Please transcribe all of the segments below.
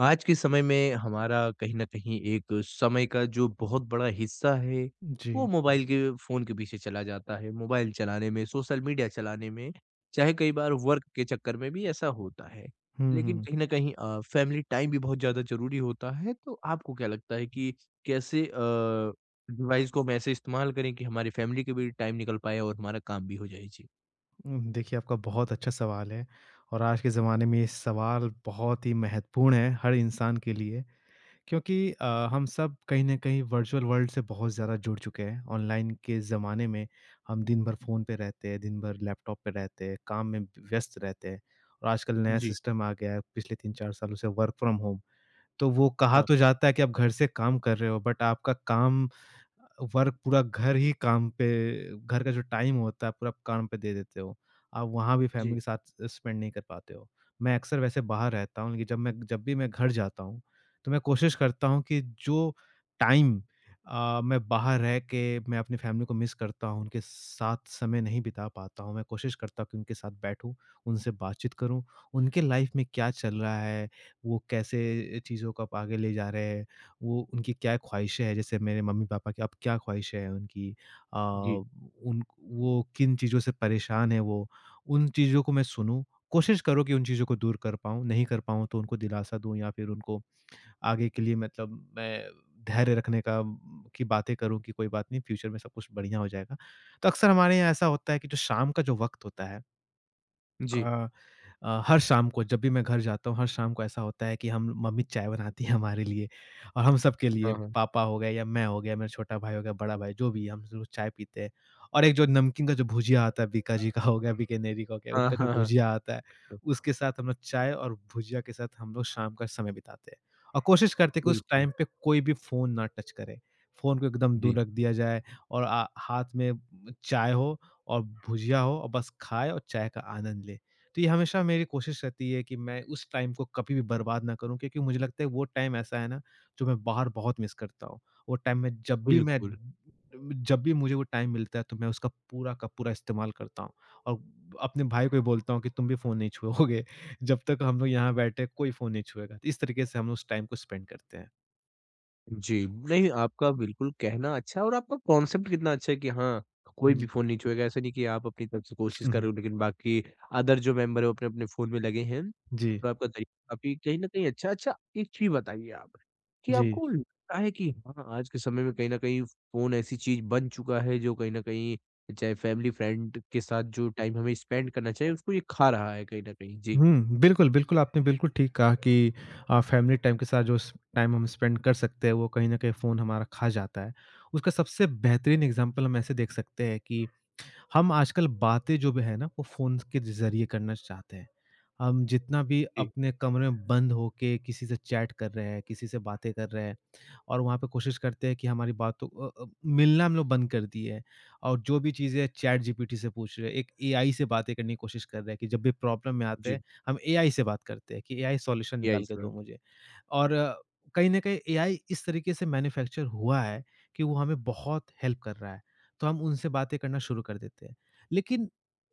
आज के समय में हमारा कहीं न कहीं एक समय का जो बहुत बड़ा हिस्सा है, वो जी। मोबाइल के फ़ोन के पीछे चला जाता है। मोबाइल चलाने में, सोशल मीडिया चलाने में, चाहे कई बार वर्क के चक्कर में भी ऐसा होता है। हुँ, लेकिन हुँ। कहीं न कहीं फैमिली टाइम भी बहुत ज़्यादा ज़रूरी होता है, तो आपको क्या लगता है कि कैसे डिवाइस को हम ऐसे इस्तेमाल करें कि हमारी फैमिली के भी टाइम निकल पाए और हमारा काम भी हो जाए? जी। देखिए, आपका बहुत अच्छा सवाल है और आज के ज़माने में ये सवाल बहुत ही महत्वपूर्ण है हर इंसान के लिए क्योंकि हम सब कहीं न कहीं वर्चुअल वर्ल्ड से बहुत ज़्यादा जुड़ चुके हैं। ऑनलाइन के ज़माने में हम दिन भर फ़ोन पे रहते हैं, दिन भर लैपटॉप पे रहते हैं, काम में व्यस्त रहते हैं और आजकल नया जी, सिस्टम आ गया है पिछले 3-4 सालों से, वर्क फ्रॉम होम। तो वो कहा हाँ, तो जाता है कि आप घर से काम कर रहे हो, बट आपका काम वर्क पूरा घर ही काम पे, घर का जो टाइम होता है पूरा काम पे दे देते हो। आप वहाँ भी फैमिली जी, के साथ स्पेंड नहीं कर पाते हो। मैं अक्सर वैसे बाहर रहता हूँ, लेकिन जब भी मैं घर जाता हूँ, तो मैं कोशिश करता हूँ कि जो टाइम मैं बाहर रह के मैं अपनी फैमिली को मिस करता हूँ, उनके साथ समय नहीं बिता पाता हूँ, मैं कोशिश करता हूँ कि उनके साथ बैठूँ, उनसे बातचीत करूँ, उनके लाइफ़ में क्या चल रहा है, वो कैसे चीज़ों को अब आगे ले जा रहे हैं। वो उनकी क्या ख़्वाहिशें हैं, जैसे मेरे मम्मी-पापा की अब क्या ख़्वाहिशें हैं, उनकी जी, उन वो किन चीज़ों से परेशान हैं वो, उन चीज़ों को मैं सुनूँ। कोशिश करो कि उन चीज़ों को दूर कर पाऊँ, नहीं कर पाऊँ तो उनको दिलासा दूँ या फिर उनको आगे के लिए, मतलब मैं धैर्य रखने की बातें करूँ कि कोई बात नहीं, फ्यूचर में सब कुछ बढ़िया हो जाएगा। तो अक्सर हमारे यहाँ ऐसा होता है कि जो शाम का जो वक़्त होता है, जी। अ हर शाम को जब भी मैं घर जाता हूँ, हर शाम को ऐसा होता है कि हम मम्मी चाय बनाती है हमारे लिए और हम सबके लिए, हाँ, हाँ। पापा हो गए या मैं हो गया, मेरा छोटा भाई हो गया, बड़ा भाई, जो भी है, हम सब लोग चाय पीते हैं। और एक जो नमकीन का जो भुजिया आता है, बीका जी का हो गया, बीकानेरी का हो गया, हाँ, उनका जो हाँ, हाँ। भुजिया आता है, उसके साथ हम लोग चाय और भुजिया के साथ हम लोग शाम का समय बिताते हैं। और कोशिश करते हैं कि उस बिल्कुल, टाइम पे कोई भी फ़ोन ना टच करे। फ़ोन को एकदम जी। दूर रख दिया जाए और हाथ में चाय हो और भुजिया हो और बस खाएँ और चाय का आनंद लें। तो ये हमेशा मेरी कोशिश रहती है कि मैं उस टाइम को कभी भी बर्बाद ना करूँ, क्योंकि मुझे लगता है वो टाइम ऐसा है ना, जो मैं बाहर बहुत मिस करता हूँ। वो टाइम में बिल्कुल, जब भी मुझे वो टाइम मिलता है तो मैं उसका पूरा का पूरा इस्तेमाल करता हूँ और अपने भाई को भी बोलता हूँ कि तुम भी फ़ोन नहीं छुओगे, जब तक हम लोग यहाँ बैठे कोई फ़ोन नहीं छुएगा। तो इस तरीके से हम उस टाइम को स्पेंड करते हैं। जी। नहीं, आपका बिल्कुल कहना अच्छा है और आपका कॉन्सेप्ट कितना अच्छा है कि हाँ, कोई भी जी। फ़ोन नहीं छुएगा। ऐसा नहीं कि आप अपनी तरफ से कोशिश हुँ, कर हुँ। रहे हो, लेकिन बाकी अदर जो मेंबर हैं, वो अपने-अपने फ़ोन में लगे हैं। जी। तो आपका तरीका काफ़ी कहीं न कहीं अच्छा अच्छा, एक चीज़ बताइए आप कि जी। आपको लगता है कि हाँ, आज के समय में कहीं न कहीं फ़ोन ऐसी चीज़ बन चुका है, जो कहीं न कहीं चाहे फैमिली, फ्रेंड के साथ जो टाइम हमें स्पेंड करना चाहिए, उसको ये खा रहा है कहीं न कहीं? जी, हुँ, बिल्कुल, बिल्कुल, आपने बिल्कुल ठीक कहा कि फैमिली टाइम के साथ जो स टाइम हम स्पेंड कर सकते हैं, वो कहीं न कहीं फ़ोन हमारा खा जाता है। उसका सबसे बेहतरीन एग्ज़ाम्पल हम ऐसे देख सकते हैं कि हम आजकल बातें जो भी है ना, वो फ़ोन के ज़रिए करना चाहते हैं। हम जितना भी जी, अपने कमरे में बंद होके किसी से चैट कर रहे हैं, किसी से बातें कर रहे हैं, और वहाँ पे कोशिश करते हैं कि हमारी बातों अ अ, मिलना हम लोग बंद कर दिए हैं और जो भी चीज़ें चैट जीपीटी से पूछ रहे हैं, एक एआई से बातें करने की कोशिश कर रहे हैं कि जब भी प्रॉब्लम में आते जी। हैं, हम एआई से बात करते हैं कि एआई सॉल्यूशन या निकाल इस के दो बात मुझे। और कहीं न कहीं एआई इस तरीके से मैन्युफैक्चर हुआ है कि वो हमें बहुत हेल्प कर रहा है, तो हम उनसे बातें करना शुरू कर देते हैं। लेकिन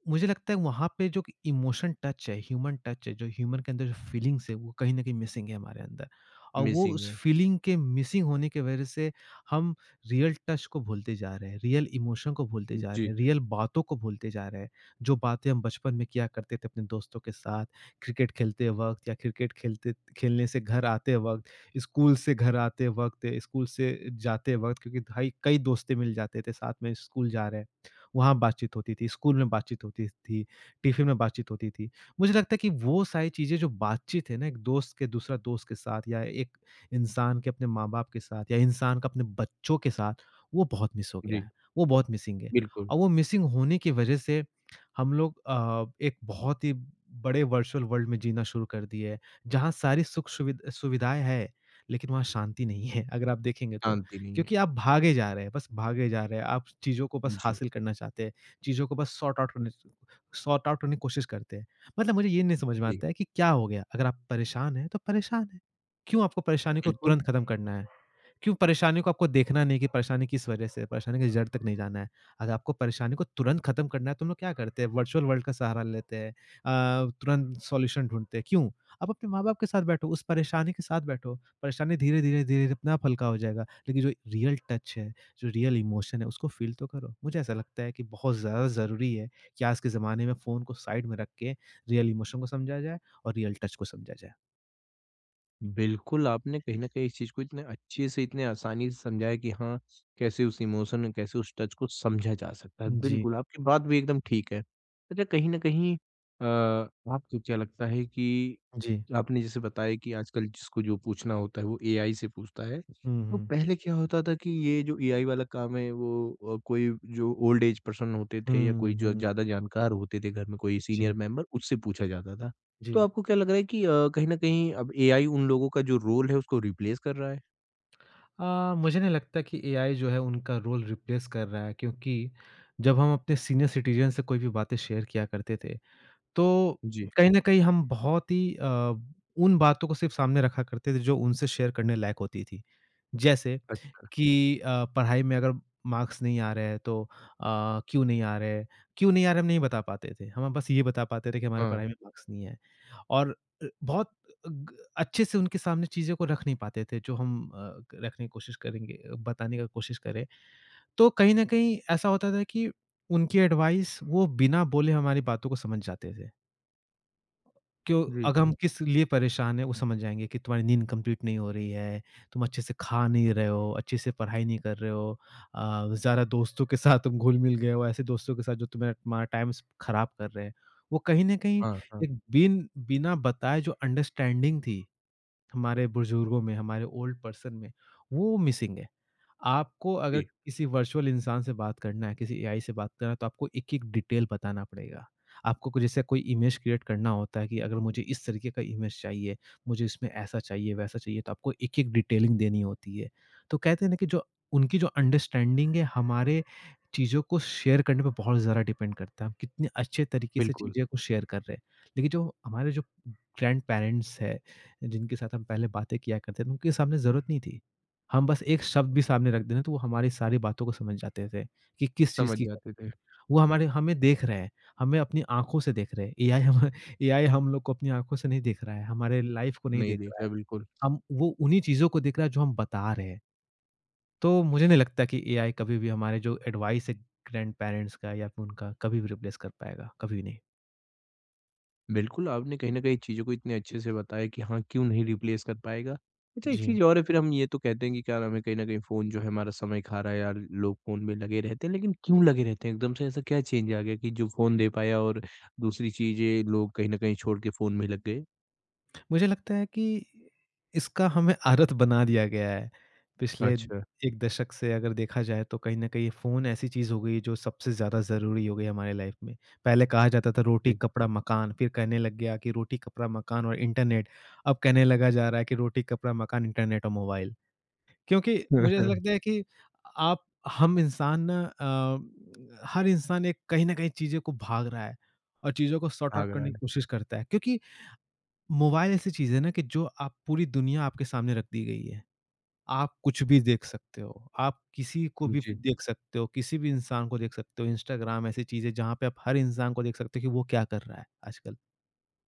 मुझे लगता है वहाँ पे जो इमोशन टच है, ह्यूमन टच है, जो ह्यूमन के अंदर जो फीलिंग्स है, वो कहीं न कहीं मिसिंग है हमारे अंदर। और वो मिसिंग उस है। फीलिंग के मिसिंग होने की वजह से हम रियल टच को भूलते जा रहे हैं, रियल इमोशन को भूलते जा रहे जी, हैं, रियल बातों को भूलते जा रहे हैं। जो बातें हम बचपन में किया करते थे अपने दोस्तों के साथ, क्रिकेट खेलते वक़्त या क्रिकेट खेलते खेलने से घर आते वक़्त, स्कूल से घर आते वक़्त, स्कूल से जाते वक़्त क्योंकि भाई कई दोस्तें मिल जाते थे साथ में स्कूल जा रहे हैं, वहाँ बातचीत होती थी, स्कूल में बातचीत होती थी, टिफ़िन में बातचीत होती थी। मुझे लगता है कि वो सारी चीज़ें, जो बातचीत है ना एक दोस्त के दूसरा दोस्त के साथ या एक इंसान के अपने माँ-बाप के साथ या इंसान का अपने बच्चों के साथ, वो बहुत मिस हो गया जी, है, वो बहुत मिसिंग है। बिल्कुल। और वो मिसिंग होने की वजह से हम लोग एक बहुत ही बड़े वर्चुअल वर्ल्ड में जीना शुरू कर दिए हैं, जहाँ सारी सुख सुविधाएँ हैं, लेकिन वहाँ शांति नहीं है अगर आप देखेंगे तो। शांति नहीं है। क्योंकि आप भागे जा रहे हैं, बस भागे जा रहे हैं, आप चीज़ों को बस जी, हासिल करना चाहते हैं, चीज़ों को बस सॉर्ट आउट करने की कोशिश करते हैं। मतलब मुझे ये नहीं समझ में जी, आता है कि क्या हो गया? अगर आप परेशान हैं, तो परेशान हैं। क्यों आपको परेशानी को बिल्कुल, तुरंत खत्म करना है? क्यों परेशानी को आपको देखना नहीं कि परेशानी किस वजह से है, परेशानी की जड़ तक नहीं जाना है। अगर आपको परेशानी को तुरंत खत्म करना है तो हम लोग क्या करते हैं, वर्चुअल वर्ल्ड का सहारा लेते हैं। तुरंत सॉल्यूशन ढूँढते हैं, क्यों? आप अपने माँ-बाप के साथ बैठो, उस परेशानी के साथ बैठो। परेशानी धीरे-धीरे, धीरे-धीरे अपने आप हल्का हो जाएगा। लेकिन जो रियल टच है, जो रियल इमोशन है, उसको फ़ील तो करो। मुझे ऐसा लगता है कि बहुत ज़्यादा ज़रूरी है कि आज के ज़माने में फ़ोन को साइड में रख के रियल इमोशन को समझा जाए और रियल टच को समझा जाए। बिल्कुल आपने कहीं न कहीं इस चीज़ को इतने अच्छे से, इतने आसानी से समझाया कि हाँ, कैसे उस इमोशन, कैसे उस टच को समझा जा सकता है। जी, बिल्कुल, आपकी बात भी एकदम ठीक है। अच्छा कहीं न कहीं आपको क्या लगता है कि जी। आपने जैसे बताया कि आजकल जिसको जो पूछना होता है वो एआई से पूछता है। हुँ, तो हुँ। पहले क्या होता था कि ये जो एआई वाला काम है वो कोई जो ओल्ड एज पर्सन होते थे या कोई हुँ, जो हुँ। ज़्यादा जानकार होते थे घर में कोई सीनियर जी। मेंबर उससे पूछा जाता था। तो जी। आपको क्या लग रहा है कि कहीं न कहीं अब एआई उन लोगों का जो रोल है उसको रिप्लेस कर रहा है? मुझे नहीं लगता कि एआई जो है उनका रोल रिप्लेस कर रहा है, क्योंकि जब हम अपने सीनियर सिटीज़न से कोई भी बातें शेयर किया करते थे, तो जी। कहीं न कहीं हम बहुत ही उन बातों को सिर्फ़ सामने रखा करते थे जो उनसे शेयर करने लायक होती थी। जैसे अच कि पढ़ाई में अगर मार्क्स नहीं आ रहे हैं तो क्यों नहीं आ रहे हैं? क्यों नहीं आ रहे, हम नहीं बता पाते थे। हम बस ये बता पाते थे कि हमारे हाँ। पढ़ाई में मार्क्स नहीं है और बहुत ग अच्छे से उनके सामने चीज़ों को रख नहीं पाते थे, जो हम रखने की कोशिश करेंगे बताने का कोशिश करें। तो कहीं न कहीं ऐसा होता था कि उनकी एडवाइस, वो बिना बोले हमारी बातों को समझ जाते थे। क्यों जी। अगर हम किस लिए परेशान हैं वो समझ जाएँगे कि तुम्हारी नींद कंप्लीट नहीं हो रही है, तुम अच्छे से खा नहीं रहे हो, अच्छे से पढ़ाई नहीं कर रहे हो, ज़्यादा दोस्तों के साथ तुम घुल-मिल गए हो, ऐसे दोस्तों के साथ जो तुम्हें तुम्हारा टाइम स खराब कर रहे हैं। वो कहीं न कहीं हाँ, हाँ। एक बिना बताए जो अंडरस्टैंडिंग थी हमारे बुजुर्गों में, हमारे ओल्ड पर्सन में, वो मिसिंग है। आपको अगर जी, किसी वर्चुअल इंसान से बात करना है, किसी एआई से बात करना है, तो आपको एक-एक डिटेल बताना पड़ेगा। आपको को जैसे कोई इमेज क्रिएट करना होता है कि अगर मुझे इस तरीके का इमेज चाहिए, मुझे इसमें ऐसा चाहिए, वैसा चाहिए, तो आपको एक-एक डिटेलिंग देनी होती है। तो कहते हैं ना कि जो उनकी जो अंडरस्टैंडिंग है, हमारे चीज़ों को शेयर करने पे बहुत ज़्यादा डिपेंड करता है। हम कितने अच्छे तरीके से बिल्कुल। चीज़ें को शेयर कर रहे हैं। लेकिन जो हमारे जो ग्रैंड पेरेंट्स है, जिनके साथ हम पहले बातें किया करते थे, उनके सामने ज़रूरत नहीं थी। हम बस एक शब्द भी सामने रख देना तो वो हमारी सारी बातों को समझ जाते थे कि किस चीज़ समझ की जाते कमी थे। है। वो हमारे हमें देख रहे हैं, हमें अपनी आँखों से देख रहे हैं। एआई हम लोग को अपनी आँखों से नहीं देख रहा है, हमारे लाइफ़ को नहीं नहीं देख रहा है। देखा बिल्कुल। हम वो उन्हीं चीज़ों को देख रहा है जो हम बता रहे हैं। तो मुझे नहीं लगता कि एआई कभी भी हमारे जो एडवाइस है, ग्रैंड पेरेंट्स का या फिर उनका कभी भी रिप्लेस कर पाएगा, कभी नहीं। बिल्कुल, आपने कहीं न कहीं चीज़ों को इतने अच्छे से बताया कि हाँ, क्यों नहीं रिप्लेस कर पाएगा। अच्छा एक जी। चीज़ और है फिर हम ये तो कहते हैं कि क्या नाम है, कहीं न कहीं फ़ोन जो है हमारा समय खा रहा है यार, लोग फ़ोन में लगे रहते हैं, लेकिन क्यों लगे रहते हैं? एकदम से ऐसा क्या चेंज आ गया कि जो फ़ोन दे पाया और दूसरी चीज़ें लोग कहीं न कहीं छोड़ के फ़ोन में लग गए? मुझे लगता है कि इसका हमें आदत बना दिया गया है। पिछले अच्छा, 1 दशक से अगर देखा जाए तो कहीं न कहीं फ़ोन ऐसी चीज़ हो गई जो सबसे ज़्यादा ज़रूरी हो गई हमारे लाइफ़ में। पहले कहा जाता था रोटी, जी। कपड़ा, मकान, फिर कहने लग गया कि रोटी, कपड़ा, मकान और इंटरनेट। अब कहने लगा जा रहा है कि रोटी, कपड़ा, मकान, इंटरनेट और मोबाइल। क्योंकि मुझे ऐसा लगता है कि आप हम इंसान ना हर इंसान एक कहीं न कहीं चीज़ों को भाग रहा है और चीज़ों को सॉर्ट भाग आउट रहा करने है। की कोशिश करता है। क्योंकि मोबाइल ऐसी चीज़ है ना कि जो आप पूरी दुनिया आपके सामने रख दी गई है। आप कुछ भी देख सकते हो, आप किसी को भी जी, देख सकते हो, किसी भी इंसान को देख सकते हो। इंस्टाग्राम ऐसी चीज़ है जहाँ पे आप हर इंसान को देख सकते हो कि वो क्या कर रहा है आजकल।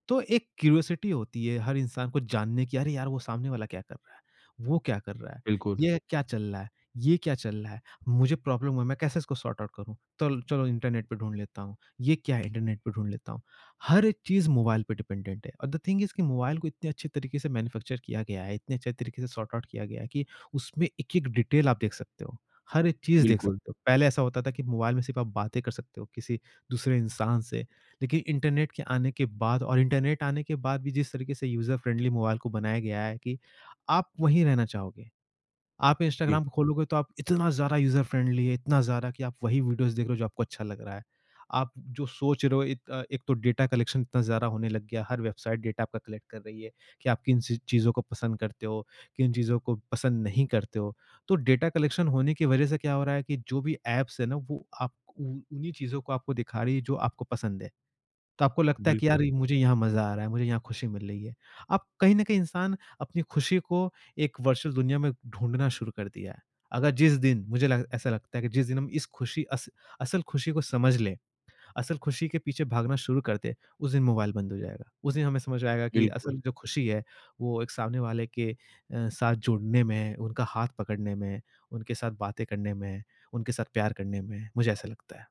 तो एक क्यूरियोसिटी होती है हर इंसान को जानने की, अरे यार वो सामने वाला क्या कर रहा है? वो क्या कर रहा है? बिल्कुल, ये क्या चल रहा है? ये क्या चल रहा है? मुझे प्रॉब्लम हुआ है, मैं कैसे इसको सॉर्ट आउट करूँ? तल चलो इंटरनेट पे ढूँढ लेता हूँ, ये क्या है इंटरनेट पे ढूँढ लेता हूँ। हर एक चीज़ मोबाइल पे डिपेंडेंट है और द थिंग इज़ कि मोबाइल को इतने अच्छे तरीके से मैन्युफैक्चर किया गया है, इतने अच्छे तरीके से सॉर्ट आउट किया गया है कि उसमें एक-एक डिटेल आप देख सकते हो, हर एक चीज़ देख बिल्कुल। सकते हो। पहले ऐसा होता था कि मोबाइल में सिर्फ़ आप बातें कर सकते हो किसी दूसरे इंसान से। देखिए इंटरनेट के आने के बाद और इंटरनेट आने के बाद भी जिस तरीके से यूज़र फ्रेंडली मोबाइल को बनाया गया है कि आप वहीं रहना चाहोगे। आप जी, इंस्टाग्राम खोलोगे तो आप इतना ज़्यादा यूज़र फ्रेंडली है, इतना ज़्यादा कि आप वही वीडियोज़ देख रहे हो जो आपको अच्छा लग रहा है। आप जो सोच रहे हो एक तो डेटा कलेक्शन इतना ज़्यादा होने लग गया, हर वेबसाइट डेटा आपका कलेक्ट कर रही है कि आप किन सी चीज़ों को पसंद करते हो, किन चीज़ों को पसंद नहीं करते हो। तो डेटा कलेक्शन होने की वज़ह से क्या हो रहा है कि जो भी ऐप्स है ना वो आप उ उन्हीं चीज़ों को आपको दिखा रही है जो आपको पसंद है। तो आपको लगता है कि बिल्कुल, यार ये मुझे यहाँ मज़ा आ रहा है, मुझे यहाँ खुशी मिल रही है। आप कहीं न कहीं इंसान अपनी खुशी को एक वर्चुअल दुनिया में ढूँढना शुरू कर दिया है। अगर जिस दिन मुझे लग ऐसा लगता है कि जिस दिन हम इस खुशी अस असल खुशी को समझ लें, असल खुशी के पीछे भागना शुरू कर दें, उस दिन मोबाइल बंद हो जाएगा। उस दिन हमें समझ आएगा कि बिल्कुल। असल जो खुशी है, वो एक सामने वाले के साथ जुड़ने में है, उनका हाथ पकड़ने में है, उनके साथ बातें करने में है, उनके साथ प्यार करने में है। मुझे ऐसा लगता है।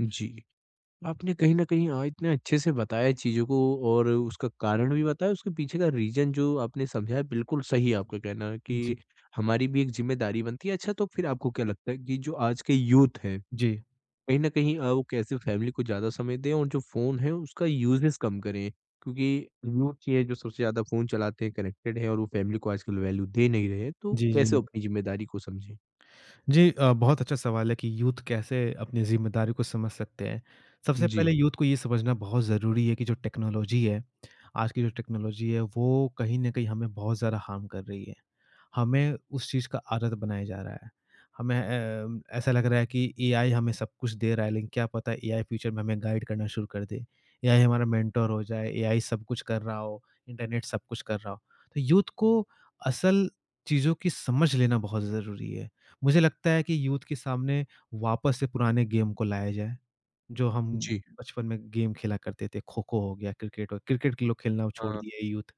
जी, आपने कहीं न कहीं हाँ, इतने अच्छे से बताया चीज़ों को और उसका कारण भी बताया, उसके पीछे का रीज़न जो आपने समझाया बिल्कुल सही है आपका कहना जी। कि हमारी भी एक ज़िम्मेदारी बनती है। अच्छा तो फिर आपको क्या लगता है कि जो आज के यूथ हैं, जी। कहीं न कहीं वो कैसे फैमिली को ज़्यादा समय दें और जो फ़ोन है उसका यूज़ेज़ कम करें? क्योंकि यूथ ही है जो सबसे ज़्यादा फ़ोन चलाते हैं, कनेक्टेड है और वो फैमिली को आजकल वैल्यू दे नहीं रहे हैं, तो जी, जी। कैसे वो अपनी ज़िम्मेदारी को समझें? जी, बहुत अच्छा सवाल है कि यूथ कैसे अपनी ज़िम्मेदारी को समझ सकते हैं। सबसे जी, पहले यूथ को ये समझना बहुत ज़रूरी है कि जो टेक्नोलॉजी है, आज की जो टेक्नोलॉजी है वो कहीं न कहीं हमें बहुत ज़्यादा हार्म कर रही है। हमें उस चीज़ का आदत बनाया जा रहा है। हमें ऐसा लग रहा है कि एआई हमें सब कुछ दे रहा है, लेकिन क्या पता एआई फ्यूचर में हमें गाइड करना शुरू कर दे। एआई हमारा मेंटर हो जाए, एआई सब कुछ कर रहा हो, इंटरनेट सब कुछ कर रहा हो। तो यूथ को असल चीज़ों की समझ लेना बहुत ज़रूरी है। मुझे लगता है कि यूथ के सामने वापस से पुराने गेम को लाया जाए, जो हम जी। बचपन में गेम खेला करते थे, खो-खो हो गया, क्रिकेट के लोग खेलना अब छोड़ हाँ, दिए यूथ।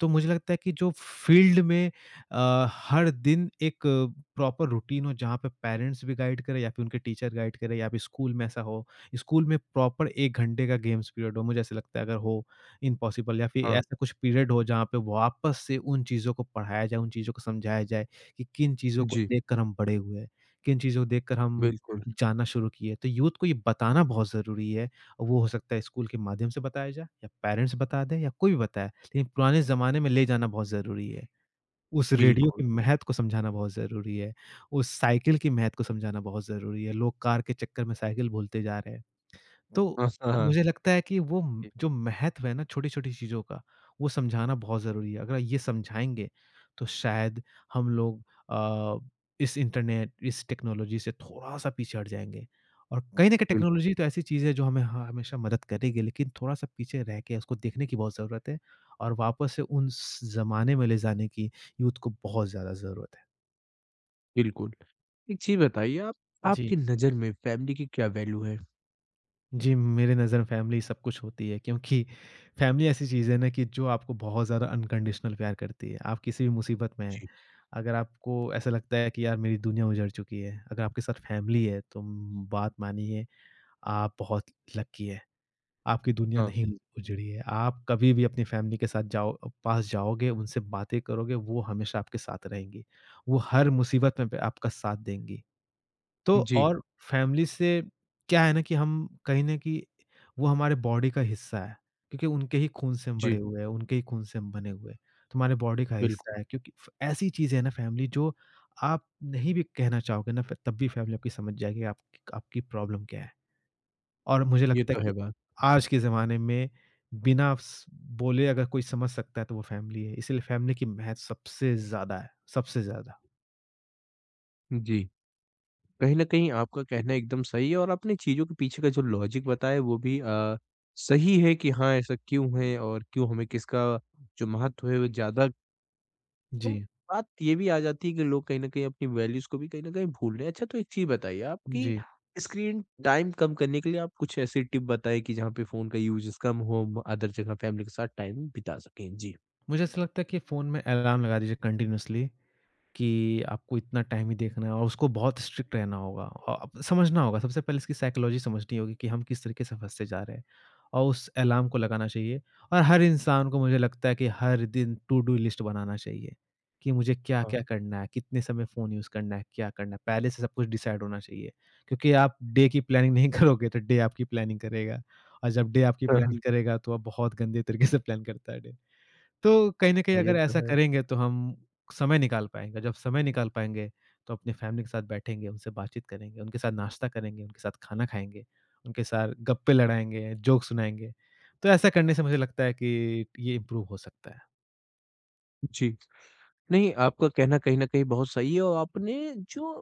तो मुझे लगता है कि जो फील्ड में हर दिन एक प्रॉपर रूटीन हो जहाँ पे पेरेंट्स भी गाइड करें या फिर उनके टीचर गाइड करें या फिर स्कूल में ऐसा हो। स्कूल में प्रॉपर 1 घंटे का गेम्स पीरियड हो, मुझे ऐसा लगता है अगर हो इम्पॉसिबल, या फिर हाँ। ऐसा कुछ पीरियड हो जहाँ पे वापस से उन चीज़ों को पढ़ाया जाए, उन चीज़ों को समझाया जाए कि किन चीज़ों को जी, देखकर हम बड़े हुए हैं, किन चीज़ों को देखकर हम बिल्कुल, जानना शुरू किए। तो यूथ को ये बताना बहुत ज़रूरी है, और वो हो सकता है स्कूल के माध्यम से बताया जाए या पेरेंट्स बता दें या कोई भी बताए। लेकिन पुराने ज़माने में ले जाना बहुत ज़रूरी है। उस रेडियो बिल्कुल। की महत्व को समझाना बहुत ज़रूरी है। उस साइकिल की महत्व को समझाना बहुत ज़रूरी है। लोग कार के चक्कर में साइकिल भूलते जा रहे हैं। तो हाँ, हाँ, हाँ। मुझे लगता है कि वो म जी, जो महत्व है ना छोटी-छोटी चीज़ों का, वो समझाना बहुत ज़रूरी है। अगर ये समझाएँगे, तो शायद हम लोग अ, इस इंटरनेट, इस टेक्नोलॉजी से थोड़ा-सा पीछे हट जाएँगे। और कहीं न कहीं बिल्कुल, टेक्नोलॉजी तो ऐसी चीज़ है जो हमें, हाँ, हमेशा मदद करेगी, लेकिन थोड़ा-सा पीछे रह के उसको देखने की बहुत ज़रूरत है, और वापस से उन स ज़माने में ले जाने की यूथ को बहुत ज़्यादा ज़रूरत है। बिल्कुल। एक चीज़ बताइए आप जी। आपकी नज़र में फ़ैमिली की क्या वैल्यू है? जी, मेरे नज़र में फैमिली सब कुछ होती है, क्योंकि फैमिली ऐसी चीज़ है ना कि जो आपको बहुत ज़्यादा अनकंडीशनल प्यार करती है। आप किसी भी मुसीबत में हैं, जी, अगर आपको ऐसा लगता है कि यार मेरी दुनिया उजड़ चुकी है, अगर आपके साथ फैमिली है तो बात मानिए आप बहुत लकी हैं। आपकी दुनिया हाँ। नहीं हुँ। उजड़ी है। आप कभी भी अपनी फैमिली के साथ पास जाओगे, उनसे बातें करोगे, वो हमेशा आपके साथ रहेंगी। वो हर मुसीबत में ब आपका साथ देंगी। तो जी, और फैमिली से क्या है ना कि हम कहीं न कहीं वो हमारे बॉडी का हिस्सा है, क्योंकि उनके ही खून से हम जी, बड़े हुए हैं, उनके ही खून से हम बने हुए हैं, तो हमारे बॉडी का बिल्कुल। हिस्सा है, क्योंकि फ ऐसी चीज़ें हैं ना फैमिली जो आप नहीं भी कहना चाहोगे ना, फ तब भी फैमिली आपकी समझ जाएगी आप आपकी प्रॉब्लम क्या है। और मुझे ये लगता है तो है कि बात। आज के ज़माने में बिना स बोले अगर कोई समझ सकता है तो वो फैमिली है, इसलिए फैमिली की महत्व सबसे ज़्यादा है, सबसे ज़्यादा। जी, कहीं न कहीं आपका कहना एकदम सही है और आपने चीज़ों के पीछे का जो लॉजिक बताया वो भी सही है कि हाँ, ऐसा क्यों है और क्यों हमें किसका जो महत्व है वो ज़्यादा और जी। बात ये भी आ जाती है कि लोग कहीं न कहीं अपनी वैल्यूज़ को भी कहीं न कहीं भूल रहे हैं। अच्छा तो एक चीज़ बताइए आप जी, कि जी। स्क्रीन टाइम कम करने के लिए आप कुछ ऐसी टिप बताएँ कि जहाँ पे फ़ोन का यूज़ेज़ कम हो, हम अदर जगह फैमिली के साथ टाइम बिता सकें? जी। मुझे ऐसा लगता है कि फ़ोन में अलार्म लगा दीजिए कंटिन्यूअसली, कि आपको इतना टाइम ही देखना है, और उसको बहुत स्ट्रिक्ट रहना होगा, और समझना होगा, सबसे पहले इसकी साइकोलॉजी समझनी होगी कि हम किस तरीके से फंसते जा रहे हैं, और उस अलार्म को लगाना चाहिए। और हर इंसान को मुझे लगता है कि हर दिन टू डू लिस्ट बनाना चाहिए कि मुझे क्या हाँ। क्या करना है, कितने समय फ़ोन यूज़ करना है, क्या करना है, पहले से सब कुछ डिसाइड होना चाहिए। क्योंकि आप डे की प्लानिंग नहीं करोगे तो डे आपकी प्लानिंग करेगा, और जब डे आपकी हाँ, हाँ। प्लानिंग करेगा तो आप बहुत गंदे तरीके से प्लान करता है। तो कहीं न कहीं ये अगर तो ऐसा है। करेंगे तो हम समय निकाल पाएँगे, जब समय निकाल पाएँगे, तो अपनी फैमिली के साथ बैठेंगे, उनसे बातचीत करेंगे, उनके साथ नाश्ता करेंगे, उनके साथ खाना खाएँगे, उनके साथ गप्पे लड़ाएँगे, जोक सुनाएँगे। तो ऐसा करने से मुझे लगता है कि ये इम्प्रूव हो सकता है। जी। नहीं, आपका कहना कहीं न कहीं बहुत सही है और आपने जो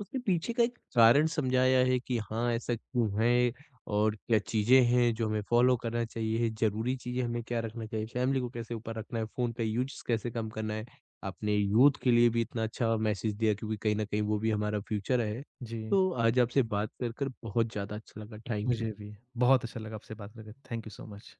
उसके पीछे का एक कारण समझाया है कि हाँ, ऐसा क्यों है और क्या चीज़ें हैं जो हमें फ़ॉलो करना चाहिए, ज़रूरी चीज़ें हमें क्या रखना चाहिए, फ़ैमिली को कैसे ऊपर रखना है, फ़ोन का यूज़ कैसे कम करना है। आपने यूथ के लिए भी इतना अच्छा मैसेज दिया क्योंकि कहीं न कहीं वो भी हमारा फ्यूचर है। जी, तो आज आपसे बात कर बहुत ज़्यादा अच्छा लगा। Thank you. मुझे भी बहुत अच्छा लगा आपसे बात करके। Thank you so much.